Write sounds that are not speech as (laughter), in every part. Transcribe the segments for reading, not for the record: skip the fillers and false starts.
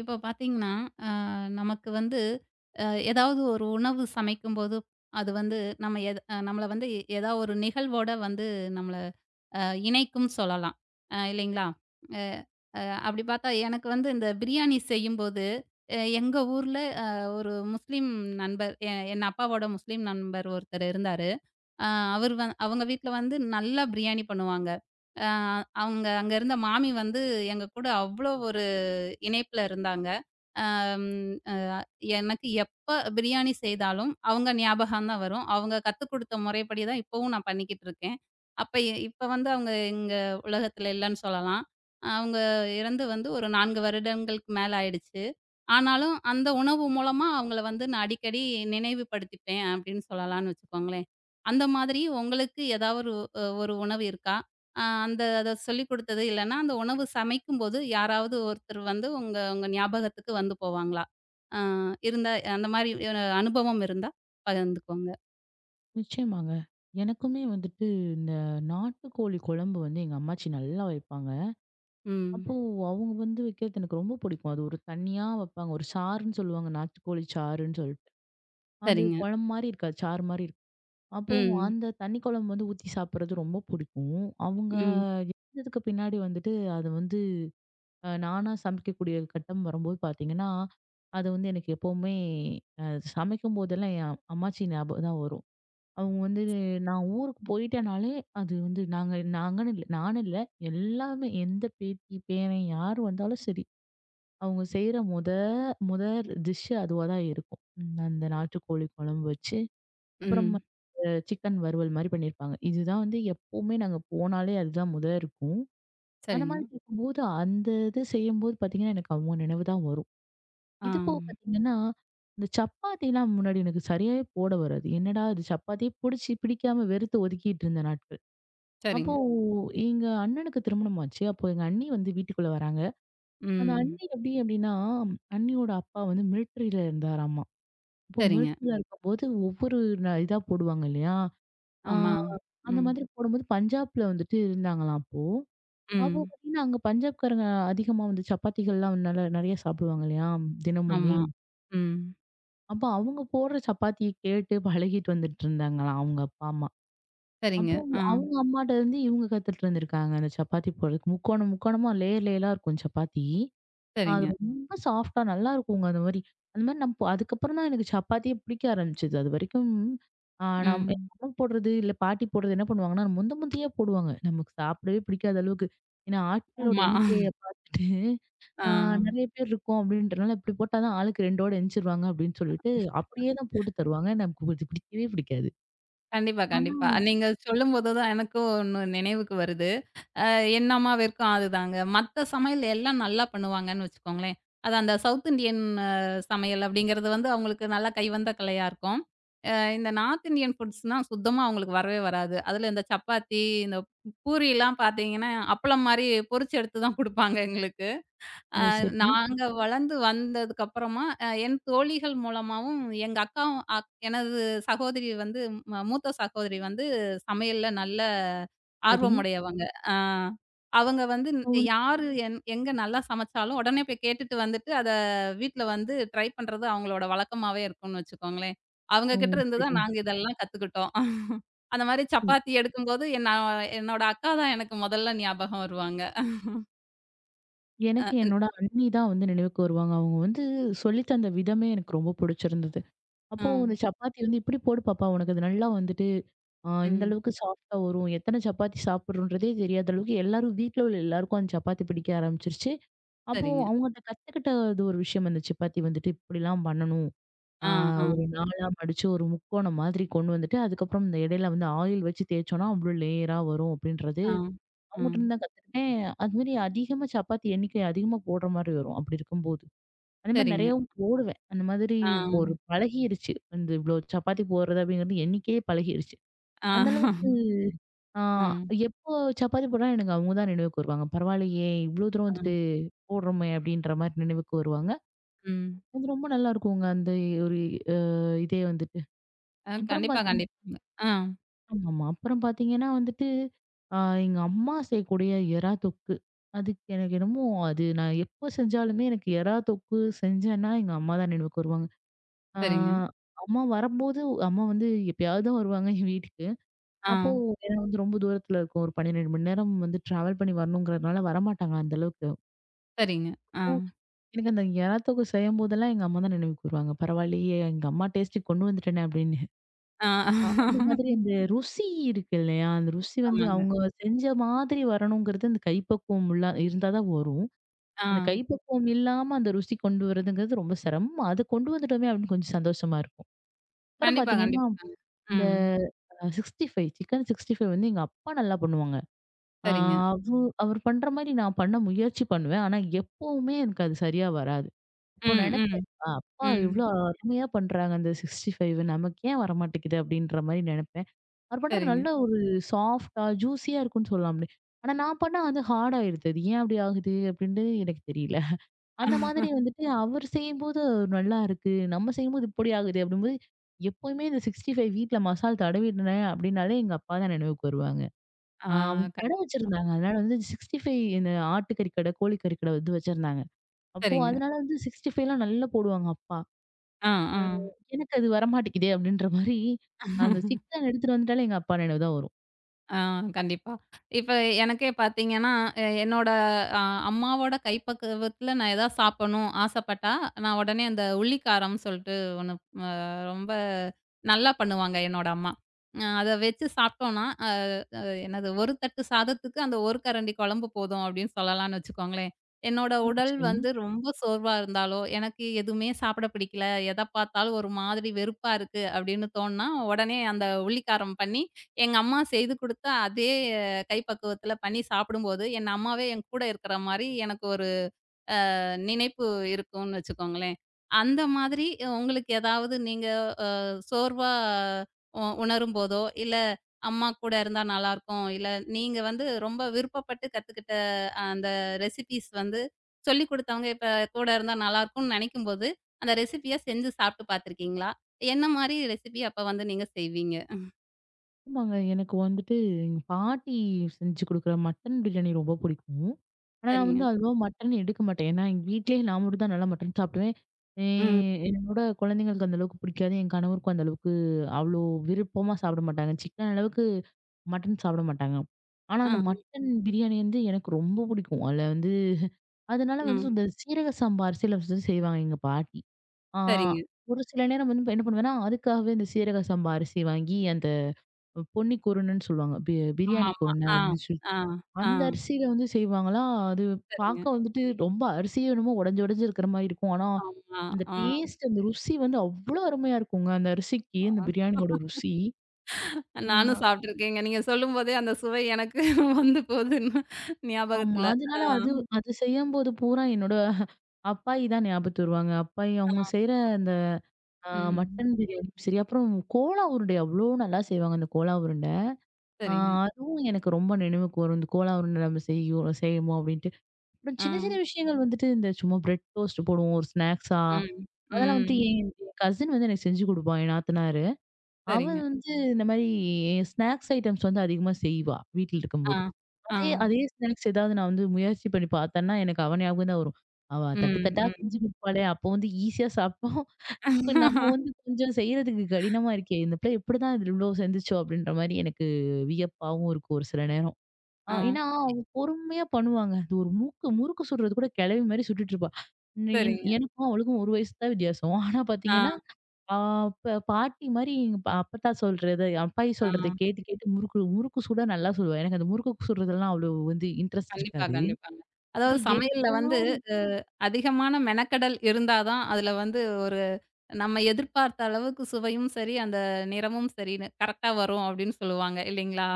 இப்போ பார்த்தீங்கன்னா, அ நமக்கு வந்து அ ஏதாவது ஒரு உணவு சமைக்கும்போது, அது வந்து நம்ம எத நம்மள வந்து ஏதா ஒரு நிகழ்வோட வந்து நம்மள அ இணைக்கும் சொல்லலாம். இல்லைங்களா? அ அ அப்படி பார்த்தா எனக்கு வந்து இந்த பிரியாணி செய்யும்போது, எங்க ஊர்ல அ ஒரு முஸ்லீம் நண்பர் எ என் அப்பாவோட முஸ்லீம் நண்பர் ஒருத்தர் இருந்தாரு. அ அவர் வந் அவங்க வீட்ல வந்து நல்லா பிரியாணி பண்ணுவாங்க. அ அவங்க அங்க இருந்த மாமி வந்து எங்க கூட அவ்வளோ ஒரு இணைப்புல இருந்தாங்க. அம் அ எனக்கு எப்ப பிரியாணி செய்தாலும், அவங்க ஞாபகம் தான் வரும். அவங்க கத்துக் குடுத்த முறைப்படி தான் இப்பவும் நான் பண்ணிக்கிட்டு இருக்கேன். அப்ப எ இப்ப வந்து அவங்க எங்க உலகத்துல இல்லன்னு சொல்லலாம். அவங்க இறந்து வந்து ஒரு 4 வருடங்களுக்கு மேல ஆயிடுச்சு. ஆனாலும் அந்த உணவு மூலமா அவங்கள வந்து நான் அடிக்கடி நினைவுபடுத்திப்பேன் அப்படின்னு சொல்லலாம்னு வச்சுக்கோங்களேன். அந்த மாதிரி உங்களுக்கு ஏதாவது ஒரு அ ஒரு உணவு இருக்கா? அ அந்த அத சொல்லிக் குடுத்தது இல்லன்னா, அந்த உணவு சமைக்கும்போது யாராவது ஒருத்தர் வந்து உங்க உங்க ஞாபகத்துக்கு வந்து போவாங்களா? அ இருந்தா அந்த மாரி ஒரு அனுபவம் இருந்தா பகிர்ந்துக்கோங்க. நிச்சயமாங்க. எனக்குமே வந்துட்டு இந்த நாட்டுக்கோழி குழம்பு வந்து எங்க அம்மாச்சி நல்லா வைப்பாங்க. ம். அப்போ அவங்க வந்து வைக்கிறது எனக்கு ரொம்ப பிடிக்கும். அது ஒரு தனியா வைப்பாங்க. ஒரு சாறுன்னு சொல்லுவாங்க. நாட்டுக்கோழி சாறுன்னு சொல்லிட்டு. அது சரிங்க. குழம்பு மாரி இருக்காது. சாறு மாரி இருக்கும். அப்போ ம். அந்த தண்ணி குழம்பு வந்து ஊத்தி சாப்பிடுறது ரொம்ப பிடிக்கும். அவங்க ம். இறந்ததுக்கு பின்னாடி வந்துட்டு அது வந்து நானா சமைக்கக்கூடிய கட்டம் வரும்போது பார்த்தீங்கன்னா, அது வந்து எனக்கு எப்பவுமே அ சமைக்கும்போதெல்லாம் என் அம்மாச்சி ஞாபகம் தான் வரும். அவங்க வந்து நான் ஊருக்கு போயிட்டேனாலே அது வந்து நாங்க நாங்கன்னு இல்ல நானும் இல்ல எல்லாமே எந்த பேத்தி பேரன் யார் வந்தாலும் சரி அவங்க செய்யற முதல் டிஷ் அதுவா தான் இருக்கும். ம், அந்த நாட்டுக்கோழி குழம்பு வச்சு அப்புறம் ம். சிக்கன் வறுவல் மாதிரி பண்ணியிருப்பாங்க. இதுதான் வந்து எப்பவுமே நாங்க போனாலே அதுதான் முத இருக்கும். அந்த சரிங்க. மாதிரி இருக்கும்போது அந்த இது செய்யும்போது பார்த்தீங்கன்னா எனக்கு அவங்க நினைவு தான் வரும். ஆ. இது போக பார்த்தீங்கன்னா, இந்த சப்பாத்திலாம் முன்னாடி எனக்கு சரியாவே போட வராது. என்னடா இது சப்பாத்தியே புடிச்சு பிடிக்காம வெறுத்து ஒதுக்கிட்டு இருந்த நாட்கள். அப்போ சரிங்க. எங்க அண்ணனுக்கு திருமணம் ஆச்சு. அப்போ எங்க அண்ணி வந்து வீட்டுக்குள்ள வராங்க. அந்த ம். அண்ணி எப்டி அப்டின்னா, அண்ணியோட அப்பா வந்து மிலிட்டரில இருந்தாராமா. அப்போ சரிங்க. மிலிட்டரில இருக்கும்போது ஒவ்வொரு இதா போடுவாங்க இல்லையா? ஆ ஆமா. அந்த ம். மாதிரி போடும்போது பஞ்சாப்ல வந்துட்டு இருந்தாங்களாம் அப்போ. அப்போ ம். பார்த்தீங்கன்னா, அங்க பஞ்சாப்காரங்க அதிகமா வந்து சப்பாத்திகள்லாம் நல்லா நெறைய சாப்பிடுவாங்க இல்லையா? தினமுமே. ஆமா. ம். அப்ப அவங்க போடுற சப்பாத்திய கேட்டு பழகிட்டு வந்துட்டு இருந்தாங்களாம் அவங்க அப்பா, அம்மா. சரிங்க. அப்போ ஓ! ஆ, அவங்க அம்மாட்ட இருந்து இவங்க கத்துட்டு இருந்திருக்காங்க. அந்த சப்பாத்தி போடுறதுக்கு. முக்கோணம், முக்கோணமா லேயர் லேயரா இருக்கும் சப்பாத்தி. அது சரிங்க. ரொம்ப சாஃப்ட்டா நல்லா இருக்குங்க அந்த மாரி. அந்த மாரி நான் அதுக்கப்புறம் தான் எனக்கு சப்பாத்தியே பிடிக்க ஆரம்பிச்சது. அதுவரைக்கும் நான் எங்க ம். அம்மா போடுறது, இல்ல பாட்டி போடுறது என்ன பண்ணுவாங்கன்னா, முந்த முந்தையே போடுவாங்க. நமக்கு சாப்பிடவே பிடிக்காத அளவுக்கு. ஏன்னா ஆட்களோட ஆமா. எண்ணிக்கைய பார்த்துட்டு ஆ. ஆ நெறைய பேர் இருக்கோம் அப்படின்றனால, இப்படி போட்டா தான் ஆளுக்கு 2 ஓட எந்திச்சிருவாங்க அப்படின்னு சொல்லிட்டு, அப்படியே தான் போட்டு தருவாங்க. நமக்கு இது பிடிக்கவே பிடிக்காது. கண்டிப்பா, ஆனா கண்டிப்பா. நீங்க சொல்லும்போது தான் எனக்கும் ஒண்ணு நினைவுக்கு வருது. அ என் அம்மாவிற்கும் அதுதாங்க. மத்த சமையல் எல்லாம் நல்லா பண்ணுவாங்கன்னு வச்சுக்கோங்களேன். அது அந்த சவுத் இண்டியன் சமையல் அப்படிங்கிறது வந்து அவங்களுக்கு நல்லா கைவந்த கலையா இருக்கும். இந்த நார்த் இண்டியன் ஃபுட்ஸ்னா சுத்தமா அவங்களுக்கு வரவே வராது. அதுல இந்த சப்பாத்தி, இந்த பூரிலாம் பார்த்தீங்கன்னா, அப்பளம் மாரி பொரிச்சு எடுத்து தான் குடுப்பாங்க எங்களுக்கு. ஓ! சரி, நாங்க வளர்ந்து வந்ததுக்கப்புறமா, என் தோழிகள் மூலமாவும், எங்க அக்காவும் அக் எனது சகோதரி வந்து ம மூத்த சகோதரி வந்து சமையல்ல நல்ல சரி. ஆர்வமுடையவங்க. ஆ அவங்க வந்து ந- அப்போ வந்து யாரு என் எங்க நல்லா சமைச்சாலும் உடனே போய் கேட்டுட்டு வந்துட்டு, அத வீட்ல வந்து ட்ரை பண்றது அவங்களோட வழக்கமாவே இருக்கும்னு வச்சுக்கோங்களேன். அவங்க ஓ! கிட்ட இருந்து தான் சரி. நாங்க இதெல்லாம் கத்துக்கிட்டோம். அந்த மாரி ம். சப்பாத்தி எடுக்கும்போது, நான் என்னோட அக்கா தான் எனக்கு முதல்ல ஞாபகம் வருவாங்க. அ, எனக்கு ன் என்னோட அண்ணி தான் வந்து நினைவுக்கு வருவாங்க. அவங்க வந்து சொல்லி தந்த விதமே எனக்கு ரொம்ப புடிச்சிருந்தது. அப்போ இந்த ம், சப்பாத்தி வந்து இப்படி போடு பாப்பா உனக்கு அது நல்லா வந்துட்டு இந்த ம். அளவுக்கு சாஃப்ட்டா வரும். எத்தனை சப்பாத்தி சாப்பிடுறோன்றதே தெரியாத அளவுக்கு எல்லாரும் வீட்ல உள்ள எல்லாருக்கும் அந்த சப்பாத்தி பிடிக்க ஆரம்பிச்சிருச்சு. அப்போ சரிங்க. அவங்க அத கத்துக்கிட்டது ஒரு விஷயம் அந்த சப்பாத்தி வந்துட்டு இப்படிலாம் பண்ணணும். ஆ ஆ, ஆ, ஒரு நாலா மடிச்சு ஒரு முக்கோணம் மாதிரி கொண்டு வந்துட்டு, அதுக்கப்புறம் இந்த இடையில வந்து ஆயில் வச்சு தேய்ச்சோம்னா அவ்ளோ லேயரா வரும் அப்படின்றது ஆ, ஆ. அவங்ககிட்ட இருந்து தான் கத்துக்கிட்டேன். அதுமாரி அதிகமா சப்பாத்தி எண்ணிக்கை அதிகமா போடுற மாரி வரும். அப்படி இருக்கும்போது. அதே மாரி சரிங்க. நெறையாவும் போடுவேன். அந்த மாதிரி ஆ, ஒரு பழகிருச்சு. இந்த இவ்ளோ சப்பாத்தி போடுறது அப்படிங்கிறது எண்ணிக்கையே பழகிருச்சு. ஆ, அந்த அளவுக்கு ஆ ஆ, எப்போ சப்பாத்தி போட்டாலும் எனக்கு அவங்க தான் நினைவுக்கு வருவாங்க. பரவாயில்லையே! இவ்ளோ தூரம் ஆ, வந்துட்டு போடுறோமே அப்படின்ற மாரி நினைவுக்கு வருவாங்க. ம். அது ரொம்ப நல்லா இருக்குங்க. அந்த ஒரு அ இதே வந்துட்டு. அப்புறம் கண்டிப்பா, கண்டிப்பாங்க. ஆ, ஆமாமா. அப்புறம் பார்த்தீங்கன்னா வந்துட்டு, அ எங்க அம்மா செய்யக்கூடிய எறா தொக்கு. அதுக்கு எனக்கு என்னமோ அது நான் எப்போ செஞ்சாலுமே எனக்கு எறா தொக்கு செஞ்சேன்னா எங்க அம்மா தான் நினைவுக்கு வருவாங்க. ஆ, சரிங்க. அம்மா வரம்போது அம்மா வந்து எப்பயாவது தான் வருவாங்க என் வீட்டுக்கு. ஆ, அப்போ ஏன்னா வந்து ரொம்ப தூரத்துல இருக்கும். ஒரு 12 மணி நேரம் வந்து டிராவல் பண்ணி வரணுங்கிறதுனால வரமாட்டாங்க அந்த அளவுக்கு. சரிங்க. ஆ, அப்போ எனக்கு அந்த எறா தொக்கு செய்யும்போதெல்லாம் எங்க அம்மா தான் நினைவுக்கு வருவாங்க. பரவாயில்லையே! எங்க அம்மா டேஸ்ட்டுக்கு கொண்டு வந்துட்டேனே அப்படின்னு. ஆ. அந்த மாதிரி அந்த ருசி இருக்கு இல்லையா? அந்த ருசி வந்து ஆமாங்க. அவங்க செஞ்ச மாதிரி வரணுங்கிறது அந்த கைப்பக்குவம் உள்ள இருந்தா தான் வரும். ஆ, அந்த கைப்பக்குவம் இல்லாம அந்த ருசி கொண்டு வரதுங்கிறது ரொம்ப சிரமம். அத கொண்டு வந்துட்டோமே அப்படின்னு கொஞ்சம் சந்தோஷமா இருக்கும். அப்புறம் கண்டிப்பா, பார்த்தீங்கன்னா கண்டிப்பாங்க. ம். 65 சிக்கன் 65 வந்து எங்க அப்பா நல்லா பண்ணுவாங்க. ஆ சரிங்க. அவ் ம். அவர் பண்ற மாரி நான் பண்ண முயற்சி பண்ணுவேன். ஆனா, எப்பவுமே எனக்கு அது சரியா வராது. அப்போ ம், ம், நெனைப்பேன், அப்பா எவ்ளோ ம். அருமையா பண்றாங்க அந்த 65 நமக்கு ஏன் வரமாட்டேங்குது?" அப்படின்ற மாரி நெனைப்பேன். அவர் பண்றது சரிங்க. நல்ல ஒரு சாஃப்ட்டா, ஜூஸியா இருக்குன்னு சொல்லலாம்ல. ஆனா, நான் பண்ணா வந்து ஹார்ட் ஆயிடுது. அது ஏன் அப்படி ஆகுது? அப்படின்ட்டு எனக்கு தெரியல. அந்த மாதிரி வந்துட்டு அவர் செய்யும்போது நல்லா இருக்கு. நம்ம செய்யும்போது இப்படி ஆகுதே அப்படிங்கும்போது, எப்பவுமே இந்த 65 வீட்ல மசால் தடவிடுறேன் அப்படின்னாலே எங்க அப்பா தான் நினைவுக்கு வருவாங்க. ஆ, அவங்க கடை கண்டிப் வச்சிருந்தாங்க. அதனால வந்து 65 இந்த ஆட்டுக்கறி கடை, கோழிக்கறி கடை வந்து வச்சிருந்தாங்க. அப்போ சரிங்க. அதனால வந்து 65லாம் நல்லா போடுவாங்க அப்பா. ஆ, ஆ. ம். எனக்கு அது வரமாட்டேங்குதே அப்படின்ற மாரி, அந்த 6 எடுத்துட்டு வந்துட்டாலே எங்க அப்பா நினைவு தான் வரும். ஆ கண்டிப்பா. இப்ப எனக்கே பார்த்தீங்கன்னா, என்னோட அ அம்மாவோட கைப்பக்குவத்துல நான் எதா சாப்பிடணும் ஆசைப்பட்டா, நான் உடனே அந்த உள்ளிக்காரம்னு சொல்ட்டு ஒண்ணு அ ரொம்ப நல்லா பண்ணுவாங்க என்னோட அம்மா. அத வச்சு சாப்பிட்டோம்னா, அ அ என்னது ஒரு தட்டு சாதத்துக்கு அந்த ஒரு கரண்டி குழம்பு போதும் அப்படின்னு சொல்லலாம்னு வச்சுக்கோங்களேன். என்னோட ஓ! உடல் சரி. வந்து ரொம்ப சோர்வா இருந்தாலோ, எனக்கு எதுவுமே சாப்பிட பிடிக்கல, எத பார்த்தாலும் ஒரு மாதிரி வெறுப்பா இருக்கு அப்படின்னு தோணுனா, உடனே அந்த உள்ளிக்காரம் பண்ணி எங்க அம்மா செய்து குடுத்த அதே கை பக்குவத்துல பண்ணி சாப்பிடும்போது, என் அம்மாவே என் கூட இருக்கிற மாரி எனக்கு ஒரு நினைப்பு இருக்கும்னு வச்சுக்கோங்களேன். அந்த மாதிரி உங்களுக்கு ஏதாவது நீங்க அ சோர்வா உணரும்போதோ, இல்ல அம்மா கூட இருந்தா நல்லாருக்கும், இல்ல நீங்க வந்து ரொம்ப விருப்பப்பட்டு கத்துக்கிட்ட அந்த ரெசிபீஸ் வந்து சொல்லிக் குடுத்தவங்க இப்ப கூட இருந்தா நல்லாருக்கும்னு நெனைக்கும்போது, அந்த ரெசிபிய செஞ்சு சாப்பிட்டு பார்த்துருக்கீங்களா? என்ன மாரி ரெசிபி அப்ப வந்து நீங்க செய்வீங்க? ஆமாங்க. எனக்கு வந்துட்டு எங்க பாட்டி செஞ்சு குடுக்குற மட்டன் பிரியாணி ரொம்ப பிடிக்கும். ஆனா, நான் வந்து சரிங்க. அவ்வளவா மட்டன் எடுக்க மாட்டேன். ஏன்னா, எங்க வீட்லயே நான் மட்டும் தான் நல்லா மட்டன் சாப்பிடுவேன். எ ம். என்னோட குழந்தைங்களுக்கு அந்த அளவுக்கு பிடிக்காது. என் கணவருக்கும் அந்த அளவுக்கு அவ்வளோ விருப்பமா சாப்பிட மாட்டாங்க. சிக்கன் அளவுக்கு மட்டன் சாப்பிட மாட்டாங்க. ஆனா, ஆ. அந்த மட்டன் பிரியாணி வந்து எனக்கு ரொம்ப பிடிக்கும். அதுல வந்து அதனால வந்து ம். இந்த சீரக சம்பா அரிசியில வந்து செய்வாங்க எங்க பாட்டி. ஆ சரிங்க. ஒரு சில நேரம் வந்து என்ன பண்ணுவேன்னா, அதுக்காகவே இந்த சீரக சம்பா அரிசி வாங்கி அந்த பொன்னி குருணைன்னு சொல்லுவாங்க. பிரியாணி ஆமாமா. குருணை ஆ, அப்படின்னு சொல்லி. ஆ, ஆ. அந்த அரிசியில வந்து செய்வாங்களாம். அது சரிங்க. பார்க்க வந்துட்டு ரொம்ப அரிசியே என்னமோ உடைஞ்சு உடைஞ்சு இருக்கிற மாரி இருக்கும். ஆனா, ஆமா. அந்த ஆ, டேஸ்ட் அந்த ருசி வந்து அவ்ளோ அருமையா இருக்குங்க. அந்த அரிசிக்கு அந்த ஆ. பிரியாணியோட ருசி. ஆ, நானும் சாப்பிட்டுருக்கேங்க. நீங்க சொல்லும்போதே அந்த சுவை எனக்கு (laughs) வந்து போகுதுன்னு ஆமா. ஞாபகத்துல. ஆ, அதனால அது அது செய்யும்போது பூரா என்னோட அப்பாயி தான் ஞாபகத்து வருவாங்க. அப்பாயி அவங்க செய்ற அந்த அ ம். மட்டன் பிரியாணியும் சரி, அப்புறம் கோலா உருண்டை அவ்ளோ நல்லா செய்வாங்க அந்த கோலா உருண்டை. ஆ சரிங்க. அதுவும் எனக்கு ரொம்ப நினைவுக்கு வரும். இந்த கோலா உருண்டை நம்ம செய்வோம் அப்படின்ட்டு. அப்புறம் ஆ, சின்ன சின்ன விஷயங்கள் வந்துட்டு இந்த சும்மா பிரெட் டோஸ்ட் போடுவோம். ஒரு ஸ்நாக்ஸா, ம், அதெல்லாம் வந்துட்டு ம். என் கசின் வந்து எனக்கு செஞ்சு குடுப்பா, என் நாத்தனாரு. அவ சரிங்க. வந்து இந்த மாரி ஸ்நாக்ஸ் ஐட்டம்ஸ் வந்து அதிகமா செய்வா, வீட்ல ஆ, இருக்கும்போது. ஆ. அதே அதே ஸ்நாக்ஸ் ஏதாவது நான் வந்து முயற்சி பண்ணி பார்த்தேன்னா, எனக்கு அவ ஞாபகம் தான் வரும். அவ தட்டு ம், தட்டா ம். செஞ்சு குடுப்பாளே! அப்போ வந்து ஈஸியா சாப்பிட்டோம். (laughs) இப்ப நம்ம வந்து கொஞ்சம் செய்றதுக்கு கடினமா இருக்கே! இந்த பிள்ளை எப்படிதான் இவ்ளோ செஞ்சுச்சோ! அப்படின்ற மாரி எனக்கு வியப்பாவும் இருக்கும் ஒரு சில நேரம். ஆ, ஏன்னா, அவங்க பொறுமையா பண்ணுவாங்க. அது ஒரு மூக்கு முறுக்கு சுடுறது கூட கிழவி மாரி சுட்டுட்டு இருப்பா. எ சரிங்க. எனக்கும் அவளுக்கும் 1 வயசு தான் வித்தியாசம். ஆனா பார்த்தீங்கன்னா, ஆ, ஆ ப பாட்டி மாரி எங்க அப்பத்தா சொல்றது, அப்பாயி ஆ. சொல்றத கேட்டு கேட்டு முறுக்கு முறுக்கு சுட நல்லா சுடுவா. எனக்கு அந்த முறுக்கு சுடுறதெல்லாம் அவ்வளோ வந்து இன்ட்ரெஸ்ட் கண்டிப்பா, இருக்காது. கண்டிப்பாங்க. அப்ப அதாவது சமையல்ல வந்து எப்பயாவது அ அதிகமான மெனக்கெடல் இருந்தா தான் அதுல வந்து ஒரு நம்ம எதிர்பார்த்த அளவுக்கு சுவையும் சரி, அந்த நிறமும் சரின்னு கரெக்ட்டா வரும் அப்படின்னு சொல்லுவாங்க இல்லைங்களா?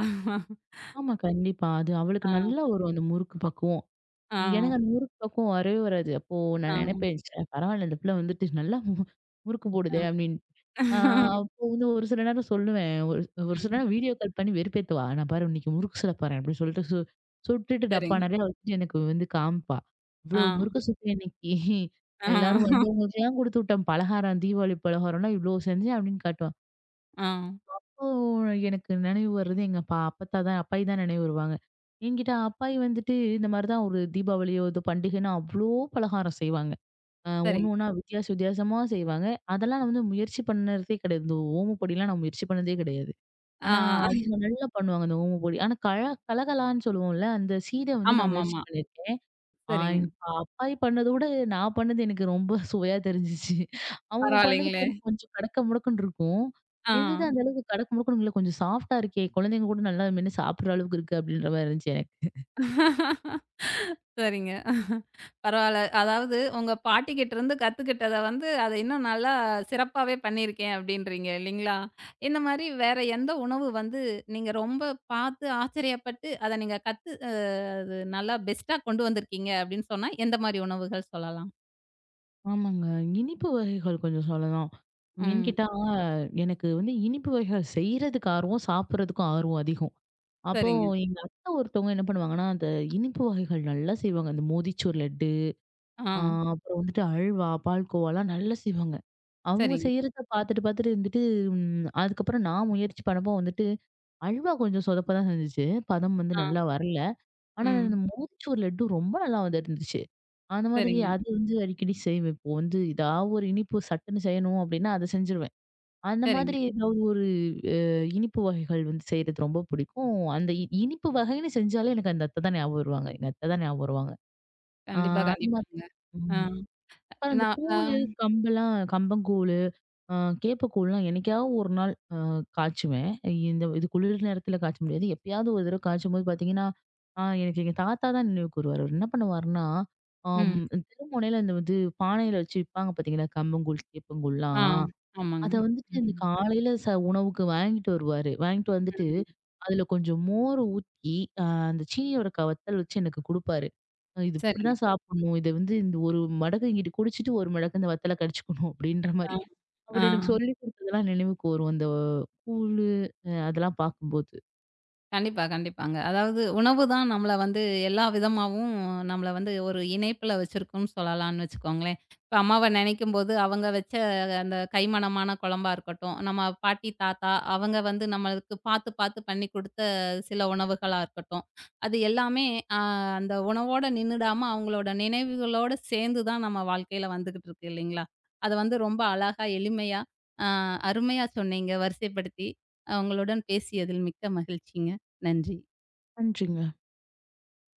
ஆமா கண்டிப்பா. அது அவளுக்கு ஆ, நல்லா வரும் அந்த முறுக்கு பக்குவம். ஆ, எனக்கு அந்த முறுக்கு பக்குவம் வரவே வராது. அப்போ ஆ, நான் நினைப்பேன், "ச்சே பரவாயில்ல இந்த பிள்ளை வந்துட்டு நல்லா முறுக்கு ஆ. போடுதே" அப்படின்னு. ஆ அப்போ வந்து ஒரு சில நேரம் சொல்லுவேன். ஒரு ஒரு சில ம். நேரம் வீடியோ கால் பண்ணி வெறுப்பேத்துவா. "நான் பாரு இன்னைக்கு முறுக்கு சுட போறேன்" அப்படின்னு சொல்லிட்டு சுட்டுட்டு டப்பா சரிங்க. நெறையா வச்சுட்டு எனக்கு வந்து காமிப்பா. ஆ, "இவ்ளோ முறுக்கு சுட்டேன் இன்னைக்கு. ஆ, எல்லாரும் வந்தவங்களுக்கெல்லாம் குடுத்து விட்டேன். பலகாரம் தீபாவளி பலகாரம்லாம் இவ்ளோ செஞ்சேன்" அப்படின்னு காட்டுவா. ஆ. ஓ! எனக்கு நினைவு வர்றது எங்க அப்பத்தா தான் அப்பாயி தான் நினைவு வருவாங்க. என்கிட்ட அப்பாயி வந்துட்டு இந்த மாரி தான் ஒரு தீபாவளியோ, ஏதோ பண்டிகைன்னா அவ்ளோ பலகாரம் செய்வாங்க. ஒண்ணு சரிங்க. ஒண்ணா வித்தியாச வித்தியாசமா செய்வாங்க. அதெல்லாம் நான் வந்து முயற்சி பண்ணதே கிடையாது. இந்த ஓம பொடிலாம் நான் முயற்சி பண்ணதே கிடையாது. ஆ, ஆனா, அவங்க நல்லா பண்ணுவாங்க அந்த ஓம பொடி. ஆனா கலகலான்னு சொல்லுவோம்ல, அந்த சீட வந்து நான் முயற்சி ஆமாமாமா. பண்ணியிருக்கேன். சரிங்க. எங்க அப்பாயி பண்ணத விட நான் பண்ணது எனக்கு ரொம்ப சுவையா தெரிஞ்சுச்சு. அவங்க பண்ணது பரவாயில்லைங்களே! கொஞ்சம் கொஞ்சம் கடக்க முடக்குன்னு இருக்கும். ஆ. என்னது அந்த அளவுக்கு கடக்க முடக்குன்னு இல்ல, கொஞ்சம் சாஃப்ட்டா இருக்கே! குழந்தைங்க கூட நல்லா மென்னு சாப்பிடுற அளவுக்கு இருக்கு அப்படின்ற மாரி இருந்துச்சு எனக்கு. சரிங்க. பரவால்ல. அதாவது உங்க பாட்டிகிட்டருந்து கத்துக்கிட்டத வந்து, அத இன்னும் நல்லா சிறப்பாவே பண்ணியிருக்கேன் அப்டின்றீங்க இல்லைங்களா? இந்த மாரி வேற எந்த உணவு வந்து நீங்க ரொம்ப பார்த்து ஆச்சரியப்பட்டு, அத நீங்க கத்து அ அது நல்லா பெஸ்ட்டா கொண்டு வந்திருக்கீங்க அப்டின்னு சொன்னா, எந்த மாரி உணவுகள் சொல்லலாம்? ஆமாங்க. இனிப்பு வகைகள் கொஞ்சம் சொல்லலாம். ஏன்னு ம். கேட்டா, எனக்கு வந்து இனிப்பு வகைகள் செய்றதுக்கு ஆர்வம், சாப்பிடுறதுக்கும் ஆர்வம் அதிகம். அப்போ சரிங்க. எங்க அத்தை ஒருத்தவங்க என்ன பண்ணுவாங்கன்னா, அந்த இனிப்பு வகைகள் நல்லா செய்வாங்க. அந்த மோதிச்சூர் லட்டு, ஆ. ஆ அப்புறம் வந்துட்டு அல்வா, பால்கோவாலாம் நல்லா செய்வாங்க. அவங்க சரிங்க. செய்றத பார்த்துட்டு, பார்த்துட்டு இருந்துட்டு ம் அதுக்கப்புறம் நான் முயற்சி பண்ணப்போ வந்துட்டு, அல்வா கொஞ்சம் சொதப்ப தான் செஞ்சுச்சு. பதம் வந்து ஆ. நல்லா வரல. ஆனா, ம். அந்த மோதிச்சூர் லட்டு ரொம்ப நல்லா வந்துருந்துச்சு. அந்த மாதிரி சரிங்க, அது வந்து அடிக்கடி செய்வேன். இப்போ வந்து இதா ஒரு இனிப்பு சட்டுன்னு செய்யணும் அப்டின்னா, அத செஞ்சுருவேன். அந்த சரிங்க. மாதிரி ஏதாவது ஒரு அ இனிப்பு வகைகள் வந்து செய்றது ரொம்ப பிடிக்கும். அந்த இனிப்பு வகைன்னு செஞ்சாலே எனக்கு அந்த அத்த தான் ஞாபகம் வருவாங்க. எங்க அத்த தான் ஞாபகம் வருவாங்க. ஆ கண்டிப்பா, அது மாதிரி. கண்டிப்பாங்க. ஆ. ம். அப்புறம் அந்த நான் ஆ. கூழு, கம்பெல்லாம் கம்பங்கூழு ஆ கேப்பக்கூழ்லாம் என்னைக்காவது ஒரு நாள் காய்ச்சுவேன். இந்த இது குளிர் நேரத்துல காய்ச்ச முடியாது. எப்பயாவது ஒரு தடவ காய்ச்சும்போது பார்த்தீங்கன்னா, எனக்கு எங்க தாத்தா தான் நினைவுக்கு வருவாரு. அவர் என்ன பண்ணுவாருன்னா, ஆம் ம். தெருமுனையில இந்த வந்து பானையில வச்சு விப்பாங்க பார்த்தீங்களா, கம்பங்கூழ், ஆ. கேப்பங்கூழ்லாம். ஆமாங்க. அத வந்துட்டு இந்த ம். காலையில உணவுக்கு வாங்கிட்டு வருவாரு. வாங்கிட்டு வந்துட்டு, ம். அதுல கொஞ்சம் மோர் ஊத்தி, அ அந்த சீனியோட வத்தல் வச்சு எனக்கு குடுப்பாரு. "இது சரிங்க. இப்படிதான் சாப்பிடணும். இத வந்து இந்த ஒரு மடக்கு இங்கிட்டு குடிச்சிட்டு, ஒரு மடக்கு இந்த வத்தல கடிச்சுக்கணும்." அப்படின்ற ஆ. மாரி. ஆ. அவரு எனக்கு சொல்லிக் குடுத்ததெல்லாம் நினைவுக்கு வரும். அந்த கூழு அதெல்லாம் பார்க்கும்போது. கண்டிப்பா, கண்டிப்பாங்க. அதாவது உணவு தான் நம்மள வந்து எல்லா விதமாவும் நம்மள வந்து ஒரு இணைப்புல வச்சிருக்கும்னு சொல்லலாம்னு வச்சுக்கோங்களேன். இப்ப அம்மாவ நினைக்கும்போது அவங்க வச்ச அந்த கைமணமான குழம்பா இருக்கட்டும், நம்ம பாட்டி, தாத்தா அவங்க வந்து நம்மளுக்கு பார்த்து, பார்த்து பண்ணி குடுத்த சில உணவுகளா இருக்கட்டும், அது எல்லாமே அ அந்த உணவோட நின்னுடாம அவங்களோட நினைவுகளோட சேர்ந்து தான் நம்ம வாழ்க்கையில வந்துகிட்டு இருக்கு இல்லைங்களா? அத வந்து ரொம்ப அழகா, எளிமையா, அ அருமையா சொன்னீங்க வரிசைப்படுத்தி. உங்களுடன் பேசியதில் மிக்க மகிழ்ச்சிங்க. நன்றி. நன்றிங்க.